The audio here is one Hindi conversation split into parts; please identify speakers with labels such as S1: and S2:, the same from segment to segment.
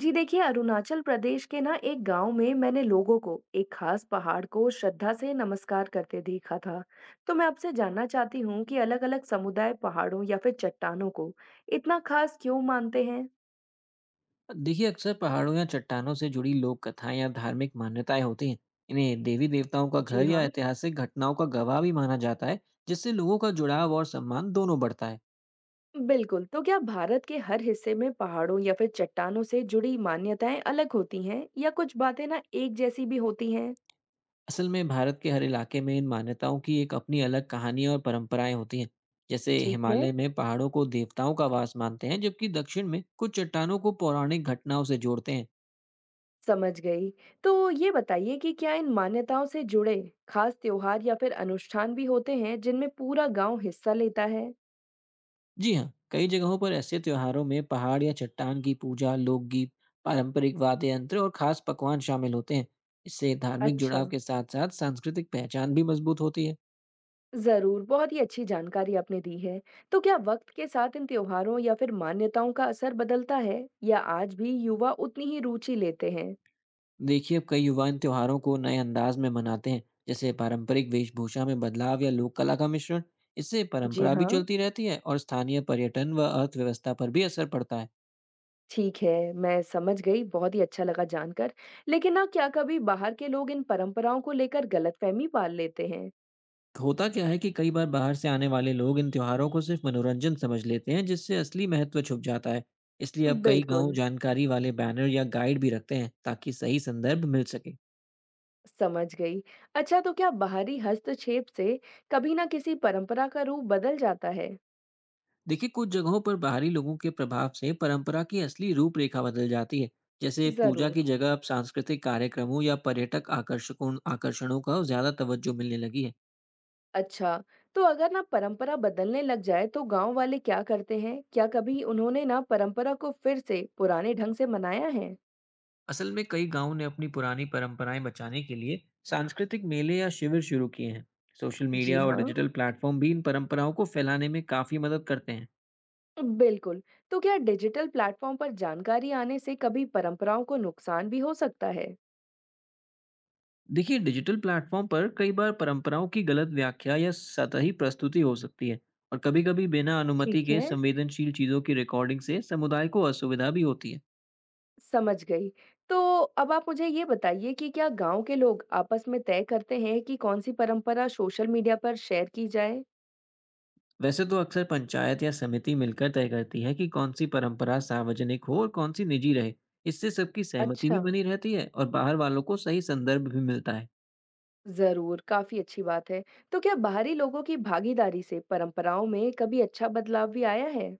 S1: जी देखिए, अरुणाचल प्रदेश के ना एक गांव में मैंने लोगों को एक खास पहाड़ को श्रद्धा से नमस्कार करते देखा था। तो मैं आपसे जानना चाहती हूँ कि अलग-अलग समुदाय पहाड़ों या फिर चट्टानों को इतना खास क्यों मानते हैं।
S2: देखिए, अक्सर पहाड़ों या चट्टानों से जुड़ी लोक कथाएं या धार्मिक मान्यताएं होती हैं। इन्हें देवी देवताओं का
S1: जी
S2: घर या
S1: हाँ।
S2: ऐतिहासिक घटनाओं का गवाह भी माना जाता है, जिससे लोगों का जुड़ाव और सम्मान दोनों बढ़ता है।
S1: बिल्कुल। तो क्या भारत के हर हिस्से में पहाड़ों या फिर चट्टानों से जुड़ी मान्यताएं अलग होती हैं या कुछ बातें ना एक जैसी भी होती हैं?
S2: असल में भारत के हर इलाके में इन मान्यताओं की एक अपनी अलग कहानियां और परंपराएं होती हैं। जैसे
S1: ठीक है।
S2: हिमालय में पहाड़ों को देवताओं का वास मानते हैं, जबकि दक्षिण में कुछ चट्टानों को पौराणिक घटनाओं से जोड़ते हैं।
S1: समझ गई। तो ये बताइए कि क्या इन मान्यताओं से जुड़े खास त्योहार या फिर अनुष्ठान भी होते हैं जिनमें पूरा गांव हिस्सा लेता है?
S2: जी हाँ, कई जगहों पर ऐसे त्योहारों में पहाड़ या चट्टान की पूजा, लोकगीत, पारंपरिक वाद्य यंत्र और खास पकवान शामिल होते हैं। इससे धार्मिक
S1: अच्छा।
S2: जुड़ाव के साथ साथ सांस्कृतिक पहचान भी मजबूत होती है।
S1: ज़रूर, बहुत ही अच्छी जानकारी आपने दी है। तो क्या वक्त के साथ इन त्योहारों या फिर मान्यताओं का असर बदलता है या आज भी युवा उतनी ही रुचि लेते हैं?
S2: देखिए, अब कई युवा इन त्योहारों को नए अंदाज में मनाते हैं, जैसे पारंपरिक वेशभूषा में बदलाव या लोक कला का मिश्रण। इससे
S1: जी
S2: परंपरा भी
S1: हाँ।
S2: चलती रहती है और स्थानीय पर्यटन व अर्थव्यवस्था पर भी असर पड़ता है।
S1: ठीक है, मैं समझ गई, बहुत ही अच्छा लगा जानकर। लेकिन ना क्या कभी बाहर के लोग इन परंपराओं को लेकर गलतफहमी पाल लेते हैं?
S2: होता क्या है कि कई बार बाहर से आने वाले लोग इन त्योहारों को सिर्फ मनोरंजन समझ लेते हैं, जिससे असली महत्व छुप जाता है। इसलिए अब कई गांव
S1: बिल्कुल।
S2: जानकारी वाले बैनर या गाइड भी रखते हैं, ताकि सही संदर्भ मिल सके।
S1: समझ गई। अच्छा, तो क्या बाहरी हस्तक्षेप से कभी ना किसी परंपरा का रूप बदल जाता है?
S2: देखिए, कुछ जगहों पर बाहरी लोगों के प्रभाव से परंपरा की असली रूपरेखा बदल जाती है। जैसे पूजा
S1: जरूर।
S2: की जगह अब सांस्कृतिक कार्यक्रमों या पर्यटक आकर्षकों आकर्षणों का ज्यादा तवज्जो मिलने लगी है।
S1: अच्छा, तो अगर ना परंपरा बदलने लग जाए तो गांव वाले क्या करते हैं? क्या कभी उन्होंने ना परंपरा को फिर से पुराने ढंग से मनाया है?
S2: असल में कई गांवों ने अपनी पुरानी परंपराएं बचाने के लिए सांस्कृतिक मेले या शिविर शुरू किए हैं। सोशल
S1: जी
S2: मीडिया और
S1: हाँ।
S2: डिजिटल प्लेटफॉर्म भी इन परंपराओं को फैलाने में काफ़ी मदद करते हैं।
S1: बिल्कुल। तो क्या डिजिटल प्लेटफॉर्म पर जानकारी आने से कभी परंपराओं को नुकसान भी हो सकता है?
S2: देखिए, डिजिटल प्लेटफॉर्म पर कई बार परंपराओं की गलत व्याख्या या सतही प्रस्तुति हो सकती है, और कभी-कभी बिना अनुमति
S1: ठीक
S2: के
S1: है।
S2: संवेदनशील चीज़ों की रिकॉर्डिंग से समुदाय को असुविधा भी होती है।
S1: समझ गई। तो अब आप मुझे ये बताइए कि क्या गाँव के लोग आपस में तय करते हैं कि कौन-सी परंपरा सोशल मीडिया पर शेयर की जाए?
S2: वैसे तो अक्सर पंचायत या समिति मिलकर तय करती है कि कौन सी परंपरा सार्वजनिक हो और कौन सी निजी रहे। इससे सबकी सहमति
S1: अच्छा,
S2: भी बनी रहती है और बाहर वालों को सही संदर्भ भी मिलता है।
S1: ज़रूर, काफ़ी अच्छी बात है। तो क्या बाहरी लोगों की भागीदारी से परंपराओं में कभी अच्छा बदलाव भी आया है?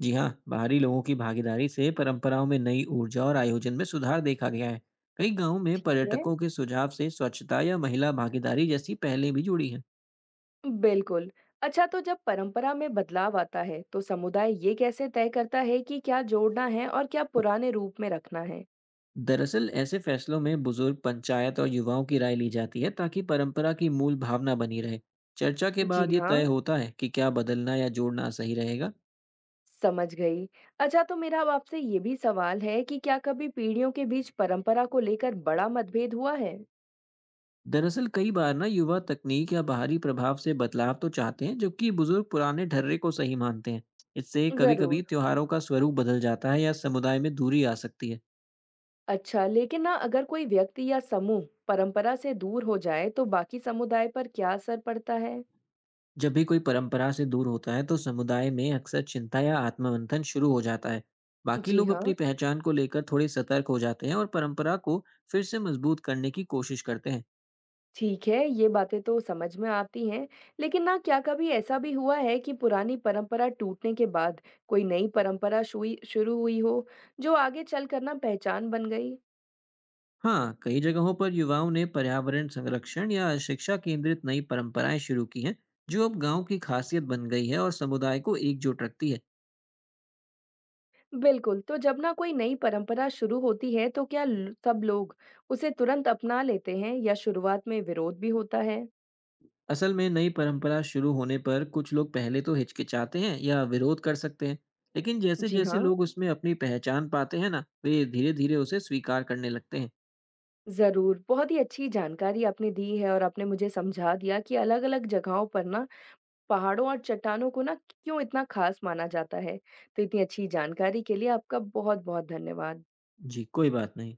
S2: जी हाँ, बाहरी लोगों की भागीदारी से परंपराओं में नई ऊर्जा और आयोजन में सुधार देखा गया है। कई गांवों में
S1: ठीक है।
S2: पर्यटकों के सुझाव से स्वच्छता या महिला भागीदारी जैसी पहलें भी जुड़ी हैं।
S1: बिल्कुल। अच्छा, तो जब परंपरा में बदलाव आता है, तो समुदाय ये कैसे तय करता है कि क्या जोड़ना है और क्या पुराने रूप में रखना है?
S2: दरअसल ऐसे फैसलों में बुजुर्ग पंचायत और युवाओं की राय ली जाती है, ताकि परंपरा की मूल भावना बनी रहे। चर्चा के
S1: जी
S2: बाद ये
S1: हाँ।
S2: तय होता है कि क्या बदलना या जोड़ना सही रहेगा।
S1: समझ गई। अच्छा, तो मेरा अब आपसे ये भी सवाल है कि क्या कभी पीढ़ियों के बीच परंपरा को लेकर बड़ा मतभेद हुआ है?
S2: दरअसल कई बार ना युवा तकनीक या बाहरी प्रभाव से बदलाव तो चाहते हैं, जबकि बुजुर्ग पुराने ढर्रे को सही मानते हैं। इससे कभी
S1: जरूर।
S2: कभी त्योहारों का स्वरूप बदल जाता है या समुदाय में दूरी आ सकती है।
S1: अच्छा, लेकिन ना अगर कोई व्यक्ति या समूह परंपरा से दूर हो जाए तो बाकी समुदाय पर क्या असर पड़ता है?
S2: जब भी कोई परंपरा से दूर होता है, तो समुदाय में अक्सर चिंता या आत्ममंथन शुरू हो जाता है। बाकी
S1: जी
S2: लोग
S1: हाँ,
S2: अपनी पहचान को लेकर थोड़े सतर्क हो जाते हैं और परंपरा को फिर से मजबूत करने की कोशिश करते हैं।
S1: ठीक है, ये बातें तो समझ में आती हैं, लेकिन ना क्या कभी ऐसा भी हुआ है कि पुरानी परंपरा टूटने के बाद कोई नई परंपरा शुरू हुई हो, जो आगे चलकर ना पहचान बन गई?
S2: हाँ, कई जगहों पर युवाओं ने पर्यावरण संरक्षण या शिक्षा केंद्रित नई परंपराएं शुरू की हैं, जो अब गांव की खासियत बन गई है और समुदाय को एकजुट रखती है।
S1: बिल्कुल, तो जब ना कोई नई परंपरा शुरू होती है, तो क्या ल सब लोग उसे तुरंत अपना लेते हैं या शुरुआत में विरोध भी होता है?
S2: असल में नई परंपरा शुरू होने पर कुछ लोग पहले तो हिचकिचाते हैं या विरोध कर सकते हैं, लेकिन जैसे
S1: जी
S2: जैसे
S1: हाँ,
S2: लोग उसमें अपनी पहचान पाते हैं ना वे धीरे धीरे उसे स्वीकार करने लगते हैं।
S1: ज़रूर। बहुत ही अच्छी जानकारी आपने दी है और आपने मुझे समझा दिया कि अलग-अलग जगहों पर ना पहाड़ों और चट्टानों को ना क्यों इतना ख़ास माना जाता है। तो इतनी अच्छी जानकारी के लिए आपका बहुत-बहुत धन्यवाद।
S2: जी, कोई बात नहीं।